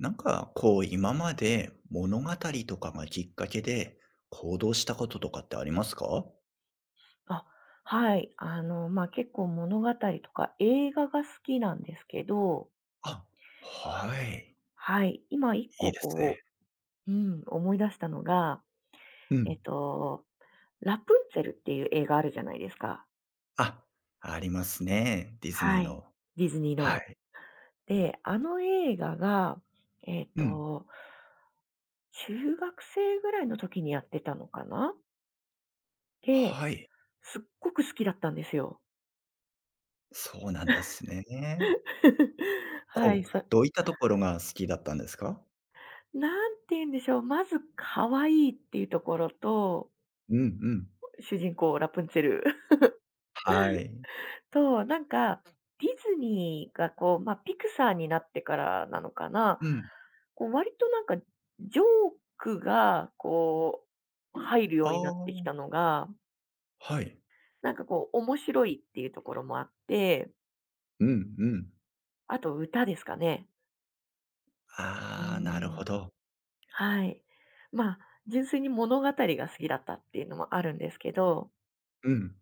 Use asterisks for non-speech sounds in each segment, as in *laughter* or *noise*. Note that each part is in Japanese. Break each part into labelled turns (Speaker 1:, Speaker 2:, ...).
Speaker 1: なんか、こう、今まで物語とかがきっかけで行動したこととかってありますか？
Speaker 2: あ、はい。まあ、結構物語とか映画が好きなんですけど、
Speaker 1: あ、はい。
Speaker 2: はい。今一
Speaker 1: い
Speaker 2: 個
Speaker 1: いです
Speaker 2: こ
Speaker 1: ね。
Speaker 2: う、うん、思い出したのが、
Speaker 1: う
Speaker 2: えっ
Speaker 1: ん。
Speaker 2: と、ラプンツェルっていう映画あるじゃないですか。
Speaker 1: あ、ありますね。ディズニ
Speaker 2: は
Speaker 1: ー
Speaker 2: い。
Speaker 1: の。
Speaker 2: ディズニー
Speaker 1: は
Speaker 2: の。
Speaker 1: い。
Speaker 2: で、あの映画が、えっ
Speaker 1: うん。
Speaker 2: と、中学生ぐらいの時にやってたのかな。で、
Speaker 1: はい。
Speaker 2: すっごく好きだったんですよ。
Speaker 1: そうなんですね。
Speaker 2: *laughs* はい。
Speaker 1: こう、どういったところが好きだったんですか？
Speaker 2: なんて言うんでしょう。まず可愛いっていうところと、
Speaker 1: うんうん。
Speaker 2: 主人公ラプンツェル *laughs*。
Speaker 1: はい。
Speaker 2: と、なんか、ディズニーがこう、まあ、ピクサーになってからなのかな、
Speaker 1: うん。
Speaker 2: こう割となんか、ジョークがこう、入るよ
Speaker 1: あ
Speaker 2: うになっ
Speaker 1: あ、
Speaker 2: てきたのが、
Speaker 1: はい。
Speaker 2: なんかこう面白いっていうところもあって、
Speaker 1: うんうん。
Speaker 2: あと歌ですかね。う
Speaker 1: ああ、なる
Speaker 2: ん。
Speaker 1: ほど。
Speaker 2: はい。まあ、純粋に物語が好きだったっていうのもあるんですけど、
Speaker 1: うん。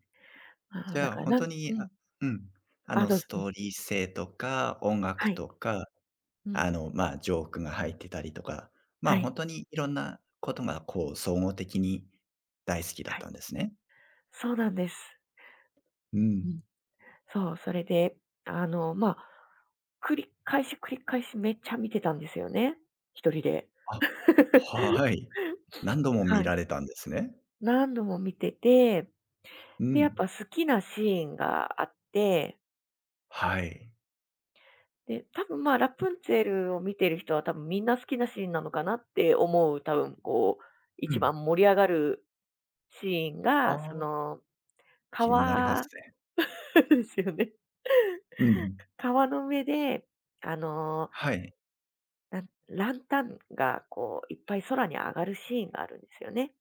Speaker 1: じ
Speaker 2: だ
Speaker 1: ゃあ、
Speaker 2: から
Speaker 1: 本当
Speaker 2: う
Speaker 1: に、あ、
Speaker 2: ん。
Speaker 1: うん、あ
Speaker 2: あ、
Speaker 1: の、
Speaker 2: どうぞ、
Speaker 1: ス
Speaker 2: うん、
Speaker 1: トーリー性とか、音
Speaker 2: は
Speaker 1: 楽
Speaker 2: い。
Speaker 1: とか、
Speaker 2: うん。
Speaker 1: あの、まあ、ジョークが入ってたりとか、ま
Speaker 2: は
Speaker 1: あ、
Speaker 2: い、
Speaker 1: 本当にいろんなことが、こう、総合的に大好きだっ
Speaker 2: は
Speaker 1: た
Speaker 2: い。
Speaker 1: んですね。
Speaker 2: そうなんです。
Speaker 1: うん。
Speaker 2: そう、それで、まあ、繰り返し繰り返しめっちゃ見てたんですよね、一人で。
Speaker 1: あ、
Speaker 2: *laughs*
Speaker 1: はい。何度も見
Speaker 2: はい。
Speaker 1: られたんですね。
Speaker 2: 何度も見てて、
Speaker 1: う
Speaker 2: で、やっ
Speaker 1: ん。
Speaker 2: ぱ好きなシーンがあって、
Speaker 1: はい。
Speaker 2: で、多分、まあ、ラプンツェルを見てる人は多分みんな好きなシーンなのかなって思う、多分こう、
Speaker 1: う
Speaker 2: 一
Speaker 1: ん。
Speaker 2: 番盛り上がるシーンが、そ
Speaker 1: ああ、
Speaker 2: の、
Speaker 1: 気になります
Speaker 2: 川
Speaker 1: ね。
Speaker 2: *laughs* ですよね。
Speaker 1: うんうん。
Speaker 2: 川の上で、あの
Speaker 1: はい。
Speaker 2: なんランタンがこういっぱい空に上がるシーンがあるんですよね。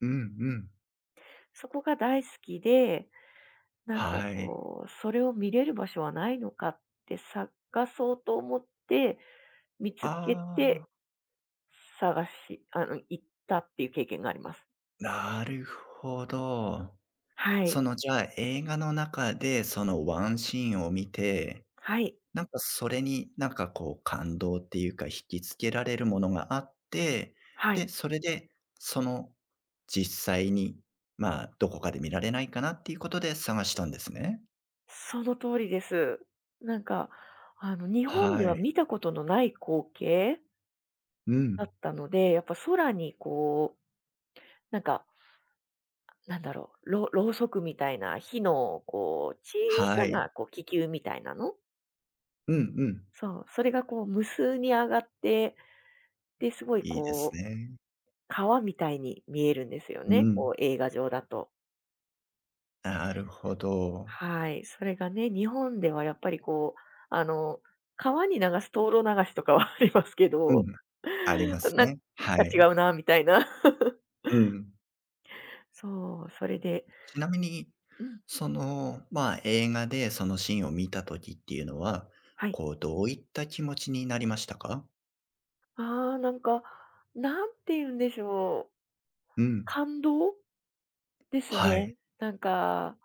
Speaker 1: うんうん。
Speaker 2: そこが大好きで、なんか
Speaker 1: はい。
Speaker 2: こう、それを見れる場所はないのかって探そうと思って、見つけ
Speaker 1: ああ、
Speaker 2: て探しあの、行ったっていう経験があります。
Speaker 1: なるほど。
Speaker 2: は
Speaker 1: そ
Speaker 2: い。
Speaker 1: の、じゃあ、映画の中で、そのワンシーンを見て、
Speaker 2: はい。
Speaker 1: なんかそれに、なんかこう感動っていうか、引きつけられるものがあって、
Speaker 2: はい。
Speaker 1: で、それで、その、実際に、まあ、どこかで見られないかなっていうことで探したんですね。
Speaker 2: その通りです。なんか、日本で
Speaker 1: は
Speaker 2: は
Speaker 1: い。
Speaker 2: 見たことのない光景
Speaker 1: う
Speaker 2: だっ
Speaker 1: ん。
Speaker 2: たので、やっぱ空にこう、なんかなんだろう、ろうそくみたいな火のこう小
Speaker 1: は
Speaker 2: さ
Speaker 1: い。
Speaker 2: なこう気球みたいなの？
Speaker 1: うんうん。
Speaker 2: そう、それがこう無数に上がって、で、すごい
Speaker 1: いいです
Speaker 2: こう
Speaker 1: ね。
Speaker 2: 川みたいに見えるんですよ
Speaker 1: う
Speaker 2: ね、
Speaker 1: ん。
Speaker 2: こう映画上だと。
Speaker 1: なるほど。
Speaker 2: はい、それがね、日本ではやっぱりこう、あの、川に流す灯籠流しとかは *laughs* ありますけ
Speaker 1: うん、
Speaker 2: ど、
Speaker 1: ありま
Speaker 2: *laughs*
Speaker 1: す
Speaker 2: なんか
Speaker 1: ね。は
Speaker 2: 違
Speaker 1: い。
Speaker 2: うなみたいな。*laughs*
Speaker 1: うん。
Speaker 2: そう、それで
Speaker 1: ちなみに、
Speaker 2: うん、
Speaker 1: その、まあ、映画でそのシーンを見た時っていうのは、
Speaker 2: はい。
Speaker 1: こう、どういった気持ちになりましたか？
Speaker 2: ああ、なんか、なんて言うんでしょう、
Speaker 1: うん。
Speaker 2: 感動？です
Speaker 1: は
Speaker 2: ね。
Speaker 1: い。
Speaker 2: なんか、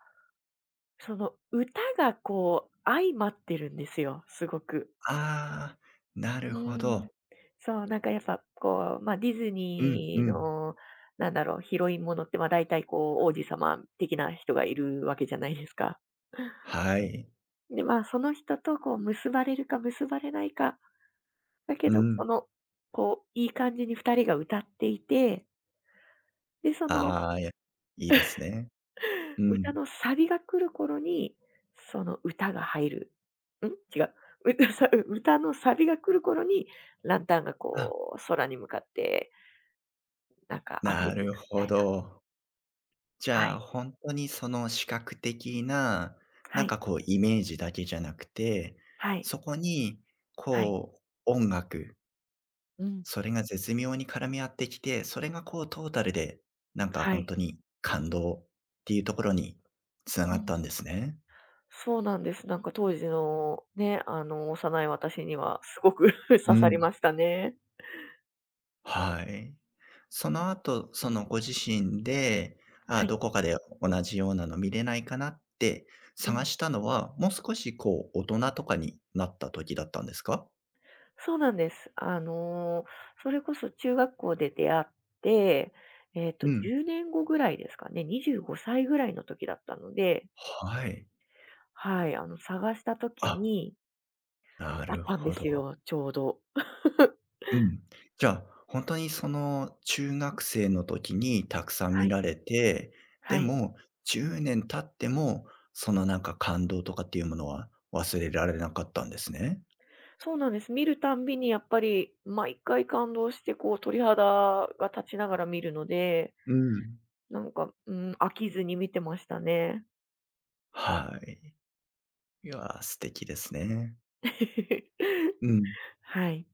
Speaker 2: その歌がこう相まってるんですよ、すごく。
Speaker 1: ああ、な
Speaker 2: う
Speaker 1: るほ
Speaker 2: ん。
Speaker 1: ど。
Speaker 2: そう、なんかやっぱこう、ま、ディズ
Speaker 1: うんう
Speaker 2: ニー
Speaker 1: ん。
Speaker 2: の、なんだろう、ヒロインものって、ま、大体こう王子様的な人がいるわけじゃないですか。
Speaker 1: はい。
Speaker 2: で、ま、その人とこう結ばれるか結ばれないか、だけ
Speaker 1: う
Speaker 2: ど、そ
Speaker 1: ん。
Speaker 2: の、こういい感じに2人が歌っていて、で、その
Speaker 1: ああ、や、いいですね。う
Speaker 2: 歌
Speaker 1: ん。
Speaker 2: のサビが来る頃に、その歌が入る。ん？違う。*laughs* 歌のサビが来る頃に、ランタンが
Speaker 1: あ、
Speaker 2: こう空に向かって、なんか溢れ
Speaker 1: な
Speaker 2: てい
Speaker 1: る
Speaker 2: くみた
Speaker 1: ほ
Speaker 2: いな。
Speaker 1: ど。じ
Speaker 2: は
Speaker 1: ゃ
Speaker 2: い。
Speaker 1: あ、本当にその視覚的な、な
Speaker 2: は
Speaker 1: ん
Speaker 2: い。
Speaker 1: かこうイメージだけじゃなくて、
Speaker 2: はい。
Speaker 1: そこに
Speaker 2: はい。
Speaker 1: こう音楽、
Speaker 2: うん。
Speaker 1: それが絶妙に絡み合ってきて、それがこうトータルで、なんか
Speaker 2: は
Speaker 1: ほん
Speaker 2: い。
Speaker 1: とに感動っていうところに繋
Speaker 2: う
Speaker 1: がっ
Speaker 2: ん。
Speaker 1: たんですね。
Speaker 2: そうなんです。なんか当時のね、幼い私にはすごく *laughs* 刺
Speaker 1: う
Speaker 2: さり
Speaker 1: ん。
Speaker 2: ましたね。
Speaker 1: はい。その後、そのご自身で、
Speaker 2: は
Speaker 1: あ、
Speaker 2: い。
Speaker 1: どこかで同じようなの見れないかなって
Speaker 2: う
Speaker 1: 探
Speaker 2: ん。
Speaker 1: したのは、もう少しこう大人とかになった時だったんですか？
Speaker 2: そうなんです。それこそ中学校で出会って、
Speaker 1: うん。
Speaker 2: 10年後ぐらいですかね、25歳ぐらいの時だったので、
Speaker 1: はい。
Speaker 2: はい、探した時
Speaker 1: あ、
Speaker 2: に
Speaker 1: な
Speaker 2: あっ
Speaker 1: る
Speaker 2: たんで
Speaker 1: ほ
Speaker 2: す
Speaker 1: ど。
Speaker 2: よ、ちょうど。*laughs*
Speaker 1: うん。じゃあ、本当にその中学生の時にたくさん
Speaker 2: は
Speaker 1: 見
Speaker 2: い、
Speaker 1: られて、で
Speaker 2: はい。
Speaker 1: も10年経っても、そのなんか感動とかっていうものは忘れられなかったんですね。
Speaker 2: そうなんです。見るたんびにやっぱり毎回感動して、こう鳥肌が立ちながら見るので、
Speaker 1: うん。
Speaker 2: なんか、うん、飽きずに見てましたね。
Speaker 1: はい。いや、素敵ですね。うん、
Speaker 2: *laughs* はい。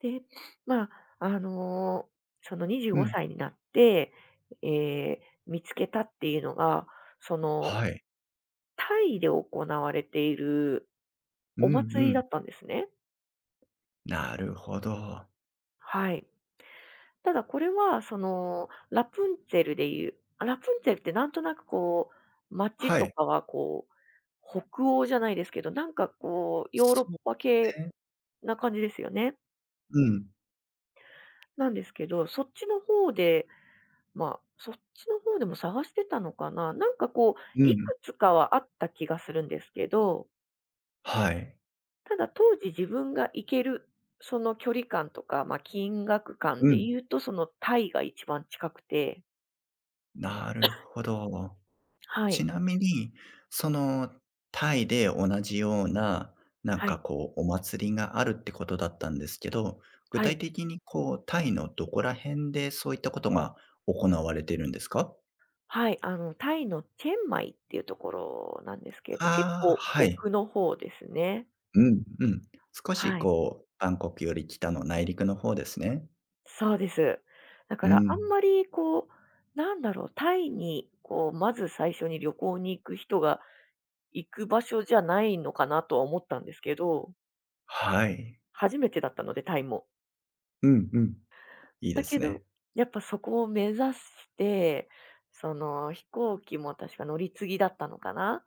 Speaker 2: で、まあ、あの、その25
Speaker 1: うん。
Speaker 2: 歳になって、え見つけたっていうのが、その、
Speaker 1: はい。
Speaker 2: タイで行われている
Speaker 1: う
Speaker 2: お
Speaker 1: ん
Speaker 2: 祭
Speaker 1: う
Speaker 2: りだ
Speaker 1: ん。
Speaker 2: ったんですね。
Speaker 1: なるほど。
Speaker 2: はい。ただこれは、その、ラプンツェルでいうラプンツェルってなんとなくこう、街
Speaker 1: は
Speaker 2: と
Speaker 1: い。
Speaker 2: かはこう、北欧じゃないですけど、なんかこう、
Speaker 1: そ
Speaker 2: ヨーロッ
Speaker 1: う
Speaker 2: パ系
Speaker 1: ね。
Speaker 2: な感じですよね。
Speaker 1: うん。
Speaker 2: なんですけど、そっちの方でまあ、そっちの方でも探してたのかな。なんかこう、
Speaker 1: う
Speaker 2: い
Speaker 1: ん。
Speaker 2: くつかはあった気がするんですけど、
Speaker 1: はい。
Speaker 2: ただ当時自分が行ける、その距離感とか、まあ、金額
Speaker 1: う
Speaker 2: 感で
Speaker 1: ん。
Speaker 2: 言うと、そのタイが一番近くて、
Speaker 1: なるほど。
Speaker 2: は
Speaker 1: ち
Speaker 2: い、
Speaker 1: なみに、そのタイで同じような、なん
Speaker 2: は
Speaker 1: か
Speaker 2: い、
Speaker 1: こうお祭りがあるってことだったんですけど、具
Speaker 2: は
Speaker 1: 体
Speaker 2: い、
Speaker 1: 的にこうタイのどこら辺でそういったことが行われてるんですか？
Speaker 2: はい、タイのチェンマイっていうところなんですけど、結
Speaker 1: ああ、
Speaker 2: 構
Speaker 1: はい。
Speaker 2: 奥の方ですね。
Speaker 1: うんうん。少し
Speaker 2: はい、
Speaker 1: こうバンコクより北の内陸の方ですね。
Speaker 2: そうです。だか
Speaker 1: う
Speaker 2: らあん
Speaker 1: ん。
Speaker 2: まりこう、なんだろう、タイにこう、まず最初に旅行に行く人が行く場所じゃないのかなとは思ったんですけど、
Speaker 1: はい。
Speaker 2: 初めてだったので、タイも。
Speaker 1: うんうん。いいで
Speaker 2: だ
Speaker 1: す
Speaker 2: けど、
Speaker 1: ね。
Speaker 2: やっぱそこを目指して、その飛行機も確か乗り継ぎだったのかな。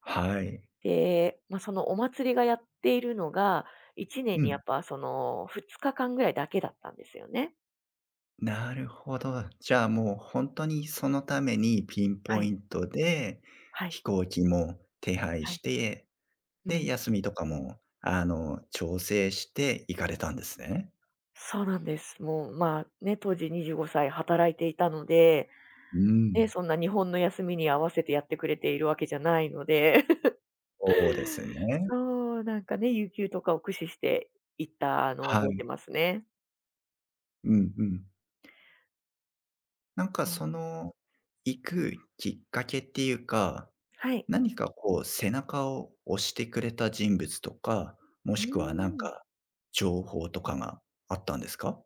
Speaker 1: はい。
Speaker 2: で、まあ、そのお祭りがやっているのが、1年
Speaker 1: う
Speaker 2: にやっ
Speaker 1: ん。
Speaker 2: ぱその2日間ぐらいだけだったんですよね。
Speaker 1: なるほど。じゃあ、もう本当にそのためにピン
Speaker 2: は
Speaker 1: ポ
Speaker 2: い、
Speaker 1: イントで
Speaker 2: はい、
Speaker 1: 飛行機も手配
Speaker 2: は
Speaker 1: し
Speaker 2: い。
Speaker 1: て、
Speaker 2: う
Speaker 1: で、
Speaker 2: ん。
Speaker 1: 休みとかも、あの、調整して行かれたんですね。
Speaker 2: そうなんです。もう、まあ、ね、当時25歳、働いていたので、
Speaker 1: う
Speaker 2: ね、
Speaker 1: ん。
Speaker 2: そんな日本の休みに合わせてやってくれているわけじゃないので。
Speaker 1: そうですね。
Speaker 2: そう、なんかね、有給とかを駆使して行ったのを
Speaker 1: は
Speaker 2: 覚え
Speaker 1: い。
Speaker 2: てますね。
Speaker 1: うんうん。なんか
Speaker 2: うん、
Speaker 1: その、行くきっかけっていうか、
Speaker 2: はい。
Speaker 1: 何かこう背中を押してくれた人物とか、も
Speaker 2: うー
Speaker 1: しくはなん
Speaker 2: ん。
Speaker 1: か情報とかがあったんですか？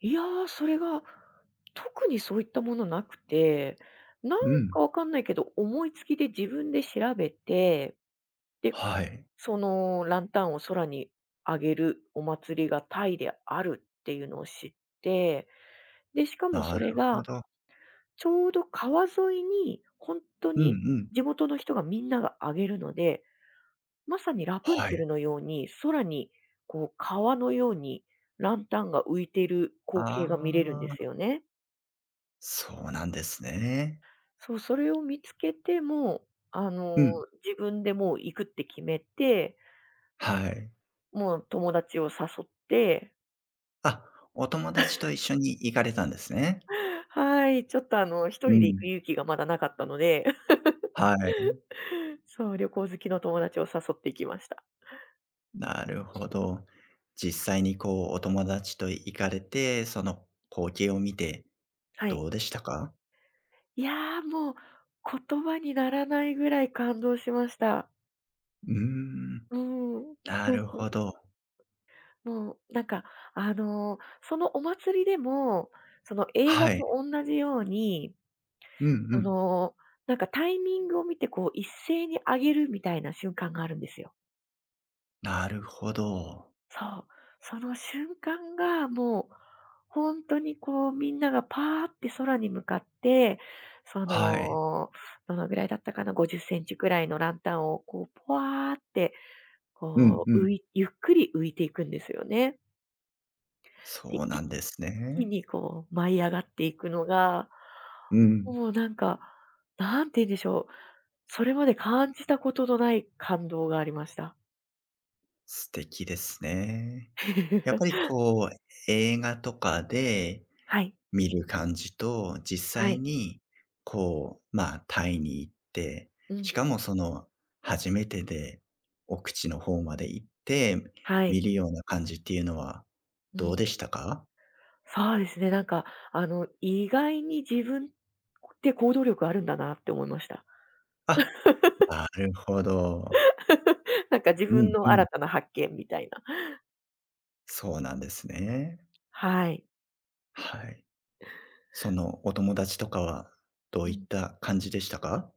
Speaker 2: いやー、それが特にそういったものなくて、なん
Speaker 1: う
Speaker 2: か
Speaker 1: ん。
Speaker 2: わかんないけど、思いつきで自分で調べて、で、
Speaker 1: はい。
Speaker 2: そのランタンを空に上げるお祭りがタイであるっていうのを知って、で、しかもそ
Speaker 1: なる
Speaker 2: れ
Speaker 1: ほ
Speaker 2: が
Speaker 1: ど。
Speaker 2: ちょうど川沿いに本当
Speaker 1: うんう
Speaker 2: に
Speaker 1: ん。
Speaker 2: 地元の人がみんなが上げるので、まさにラプン
Speaker 1: は
Speaker 2: ツェ
Speaker 1: い。
Speaker 2: ルのように、空にこう川のようにランタンが浮いている光
Speaker 1: あ
Speaker 2: 景が見れるんです
Speaker 1: あ、
Speaker 2: よね。
Speaker 1: そうなんですね。
Speaker 2: そう、それを見つけて、もう、あ
Speaker 1: う
Speaker 2: の、
Speaker 1: ん。
Speaker 2: 自分でもう行くって決めて、
Speaker 1: はい。
Speaker 2: もう友達を誘って、
Speaker 1: あ、お友達と一緒に行かれたんですね。
Speaker 2: *laughs* はい、ちょっと一
Speaker 1: う
Speaker 2: 人で行く
Speaker 1: ん。
Speaker 2: 勇気がまだなかったので、
Speaker 1: はい。
Speaker 2: *laughs* そう、旅行好きの友達を誘って行きました。
Speaker 1: なるほど。実際にこう、お友達と行かれて、その光景を見て
Speaker 2: はい。
Speaker 1: どうでしたか？
Speaker 2: いやー、もう言葉にならないぐらい感動しました。
Speaker 1: うーん、
Speaker 2: うん。
Speaker 1: なるほど。
Speaker 2: もう、なんか、そのお祭りでも、その映画
Speaker 1: はい。
Speaker 2: と同じように、
Speaker 1: うんう
Speaker 2: そ
Speaker 1: ん。
Speaker 2: の、なんかタイミングを見て、こう、一斉に上げるみたいな瞬間があるんですよ。
Speaker 1: なるほど。
Speaker 2: そう。その瞬間がもう、本当にこう、みんながパーって空に向かって、そ
Speaker 1: はい。
Speaker 2: の、どのぐらいだったかな、50センチくらいのランタンをこう、ぽわーって、
Speaker 1: うん
Speaker 2: こ
Speaker 1: う
Speaker 2: う、
Speaker 1: ん。
Speaker 2: ゆっくり浮いていくんですよね。で、
Speaker 1: そうな
Speaker 2: 一
Speaker 1: んです
Speaker 2: 気
Speaker 1: ね。
Speaker 2: にこう舞い上がっていくのが、
Speaker 1: うん。
Speaker 2: もうなんか、なんて言うんでしょう、それまで感じたことのない感動がありました。
Speaker 1: 素敵ですね。やっぱり
Speaker 2: *laughs*
Speaker 1: こう、映画とかで
Speaker 2: はい、
Speaker 1: 見る感じと、実
Speaker 2: は
Speaker 1: 際
Speaker 2: い、
Speaker 1: にこう、まあ、タイに行って、
Speaker 2: う
Speaker 1: し
Speaker 2: ん、
Speaker 1: かもその初めてで奥地の方まで行って、
Speaker 2: は
Speaker 1: 見
Speaker 2: い、
Speaker 1: るような感じっていうのは
Speaker 2: う
Speaker 1: どう
Speaker 2: ん。
Speaker 1: でしたか？
Speaker 2: そうですね、なんか意外に自分って行動力あるんだなって思いました。
Speaker 1: あ、なるほど。
Speaker 2: *laughs* なんか自
Speaker 1: う
Speaker 2: 分
Speaker 1: ん
Speaker 2: の
Speaker 1: う
Speaker 2: 新
Speaker 1: ん。
Speaker 2: たな発見みたいな。
Speaker 1: そうなんですね。
Speaker 2: はい。
Speaker 1: はい。そのお友達とかはど
Speaker 2: う
Speaker 1: ういっ
Speaker 2: ん、
Speaker 1: た感じでしたか？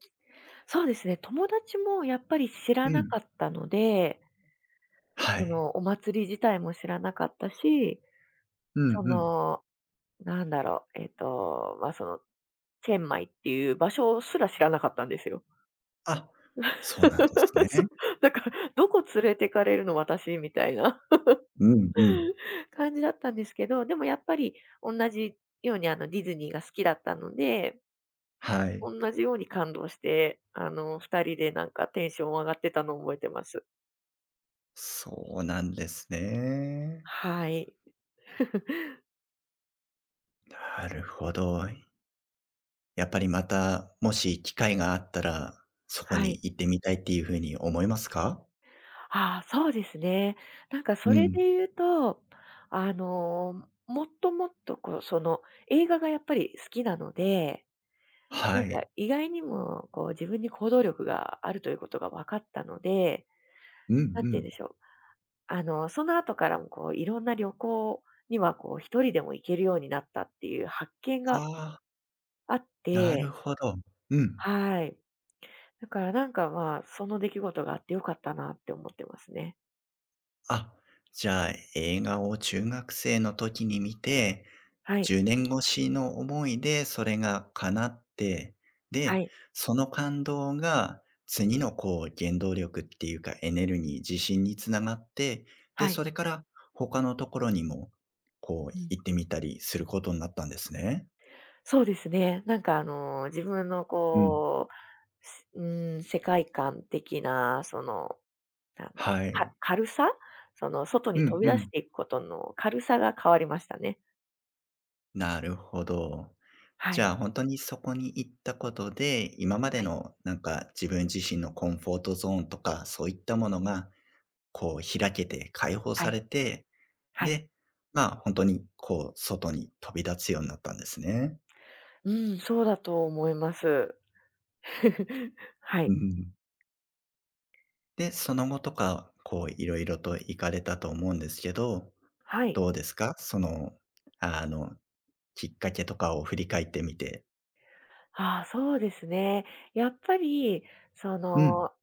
Speaker 2: そうですね、友達もやっぱり知ら
Speaker 1: う
Speaker 2: な
Speaker 1: ん。
Speaker 2: かったので、
Speaker 1: は
Speaker 2: そ
Speaker 1: い。
Speaker 2: の、お祭り自体も知らなかったし、
Speaker 1: うん
Speaker 2: そ
Speaker 1: うん。
Speaker 2: の、なんだろう、まあ、その、チェンマイっていう場所すら知らなかったんですよ。
Speaker 1: あ、そうなんです
Speaker 2: *laughs*
Speaker 1: ね。
Speaker 2: そう、だから、どこ連れてかれるの私みたいな
Speaker 1: うんうん。
Speaker 2: *laughs* 感じだったんですけど、でもやっぱり同じように、ディズニーが好きだったので、
Speaker 1: はい。
Speaker 2: 同じように感動して、二人でなんかテンション上がってたのを覚えてます。
Speaker 1: そうなんですね。
Speaker 2: はい。*laughs*
Speaker 1: なるほど。やっぱりまた、もし機会があったら、そこ
Speaker 2: は
Speaker 1: に
Speaker 2: い。
Speaker 1: 行ってみたいっていうふうに思いますか？
Speaker 2: ああ、そうですね。なんかそ
Speaker 1: う
Speaker 2: れで
Speaker 1: ん。
Speaker 2: 言うと、もっともっとこう、その、映画がやっぱり好きなので、なん
Speaker 1: は
Speaker 2: か
Speaker 1: い。
Speaker 2: 意外にもこう自分に行動力があるということが分かったので、
Speaker 1: うんう
Speaker 2: なんて言うん
Speaker 1: ん。
Speaker 2: でしょう。その後からもこういろんな旅行にはこう一人でも行けるようになったっていう発見が
Speaker 1: ああ、
Speaker 2: あっ
Speaker 1: なる
Speaker 2: て、
Speaker 1: ほど。うん。
Speaker 2: はい。だからなんかまあ、その出来事があってよかったなって思ってますね。
Speaker 1: あ、じゃあ映画を中学生の時に見て、
Speaker 2: はい。
Speaker 1: 10年越しの思いでそれが叶って、
Speaker 2: は
Speaker 1: で、
Speaker 2: い。
Speaker 1: その感動が次のこう原動力っていうかエネルギー、自信につながって、で、
Speaker 2: はい。
Speaker 1: それから他のところにもこう
Speaker 2: うん、
Speaker 1: 行ってみたりすることになったんですね。
Speaker 2: そうですね。なんか自分の
Speaker 1: うん。
Speaker 2: こう、うん、世界観的な、その、なんだ、
Speaker 1: は
Speaker 2: か
Speaker 1: い。
Speaker 2: 軽さ？その外
Speaker 1: う
Speaker 2: に飛
Speaker 1: ん
Speaker 2: び
Speaker 1: う
Speaker 2: 出し
Speaker 1: ん。
Speaker 2: ていくことの軽さが変わりましたね。
Speaker 1: なるほど。
Speaker 2: は
Speaker 1: じゃ
Speaker 2: い。
Speaker 1: あ本当にそこに行ったことで、今まで
Speaker 2: はい。
Speaker 1: のなんか自分自身のコンフォートゾーンとか、そういったもの
Speaker 2: うん。
Speaker 1: がこう開けて解放
Speaker 2: は
Speaker 1: さ
Speaker 2: い。
Speaker 1: れて、
Speaker 2: はい。
Speaker 1: で、まあ、本当にこう、外に飛び立つようになったんですね。
Speaker 2: うん、そうだと思います。*laughs* は
Speaker 1: う
Speaker 2: い。
Speaker 1: ん。で、その後とか、こういろいろと行かれたと思うんですけど、
Speaker 2: はい。
Speaker 1: どうですか？その、あの、きっかけとかを振り返ってみて。
Speaker 2: ああ、そうですね。やっぱり、そ
Speaker 1: うん。
Speaker 2: の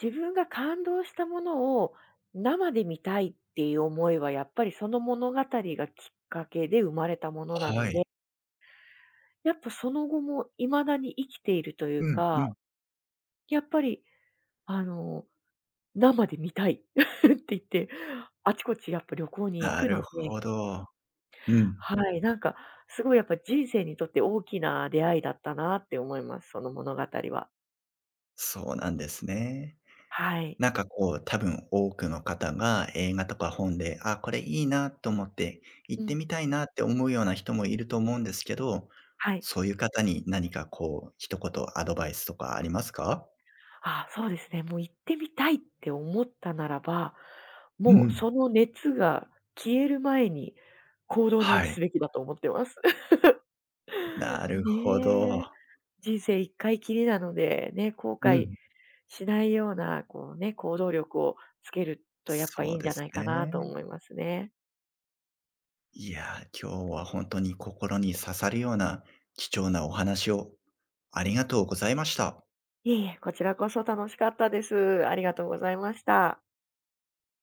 Speaker 2: 自分が感動したものを生で見たいっていう思いは、やっぱりその物語がきっかけで生まれたものな
Speaker 1: は
Speaker 2: ので、
Speaker 1: い。
Speaker 2: やっぱその後も未だに生きているという
Speaker 1: うん
Speaker 2: か、
Speaker 1: うん。
Speaker 2: やっぱりあの、生で見たい *laughs* って言って、あちこちやっぱ旅行に行
Speaker 1: な
Speaker 2: く
Speaker 1: る
Speaker 2: ので、
Speaker 1: ほど。うん。
Speaker 2: はい、なんかすごいやっぱ人生にとって大きな出会いだったなって思います、その物語は。
Speaker 1: そうなんですね。
Speaker 2: はい。
Speaker 1: なんかこう、多分多くの方が映画とか本で、あ、これいいなと思って、行
Speaker 2: う
Speaker 1: って
Speaker 2: ん。
Speaker 1: みたいなって思うような人もいると思うんですけど、
Speaker 2: はい。
Speaker 1: そういう方に何かこう、一言アドバイスとかありますか？
Speaker 2: あ、そうですね。もう行ってみたいって思ったならば、
Speaker 1: う
Speaker 2: もう
Speaker 1: ん。
Speaker 2: その熱が消える前に行動に移
Speaker 1: はい、
Speaker 2: すべきだと思ってます。
Speaker 1: な
Speaker 2: *laughs*
Speaker 1: るほど。
Speaker 2: ねえ。人生一回きりなので、ね、後
Speaker 1: う
Speaker 2: 悔
Speaker 1: ん。
Speaker 2: しないような、こうね、行動力をつけるとやっぱい
Speaker 1: そ
Speaker 2: い
Speaker 1: う
Speaker 2: んじ
Speaker 1: で
Speaker 2: ゃ
Speaker 1: す
Speaker 2: ないかなと
Speaker 1: ね。
Speaker 2: 思いますね。
Speaker 1: いや、今日は本当に心に刺さるような貴重なお話をありがとうございました。
Speaker 2: いえいえ、こちらこそ楽しかったです。ありがとうございました。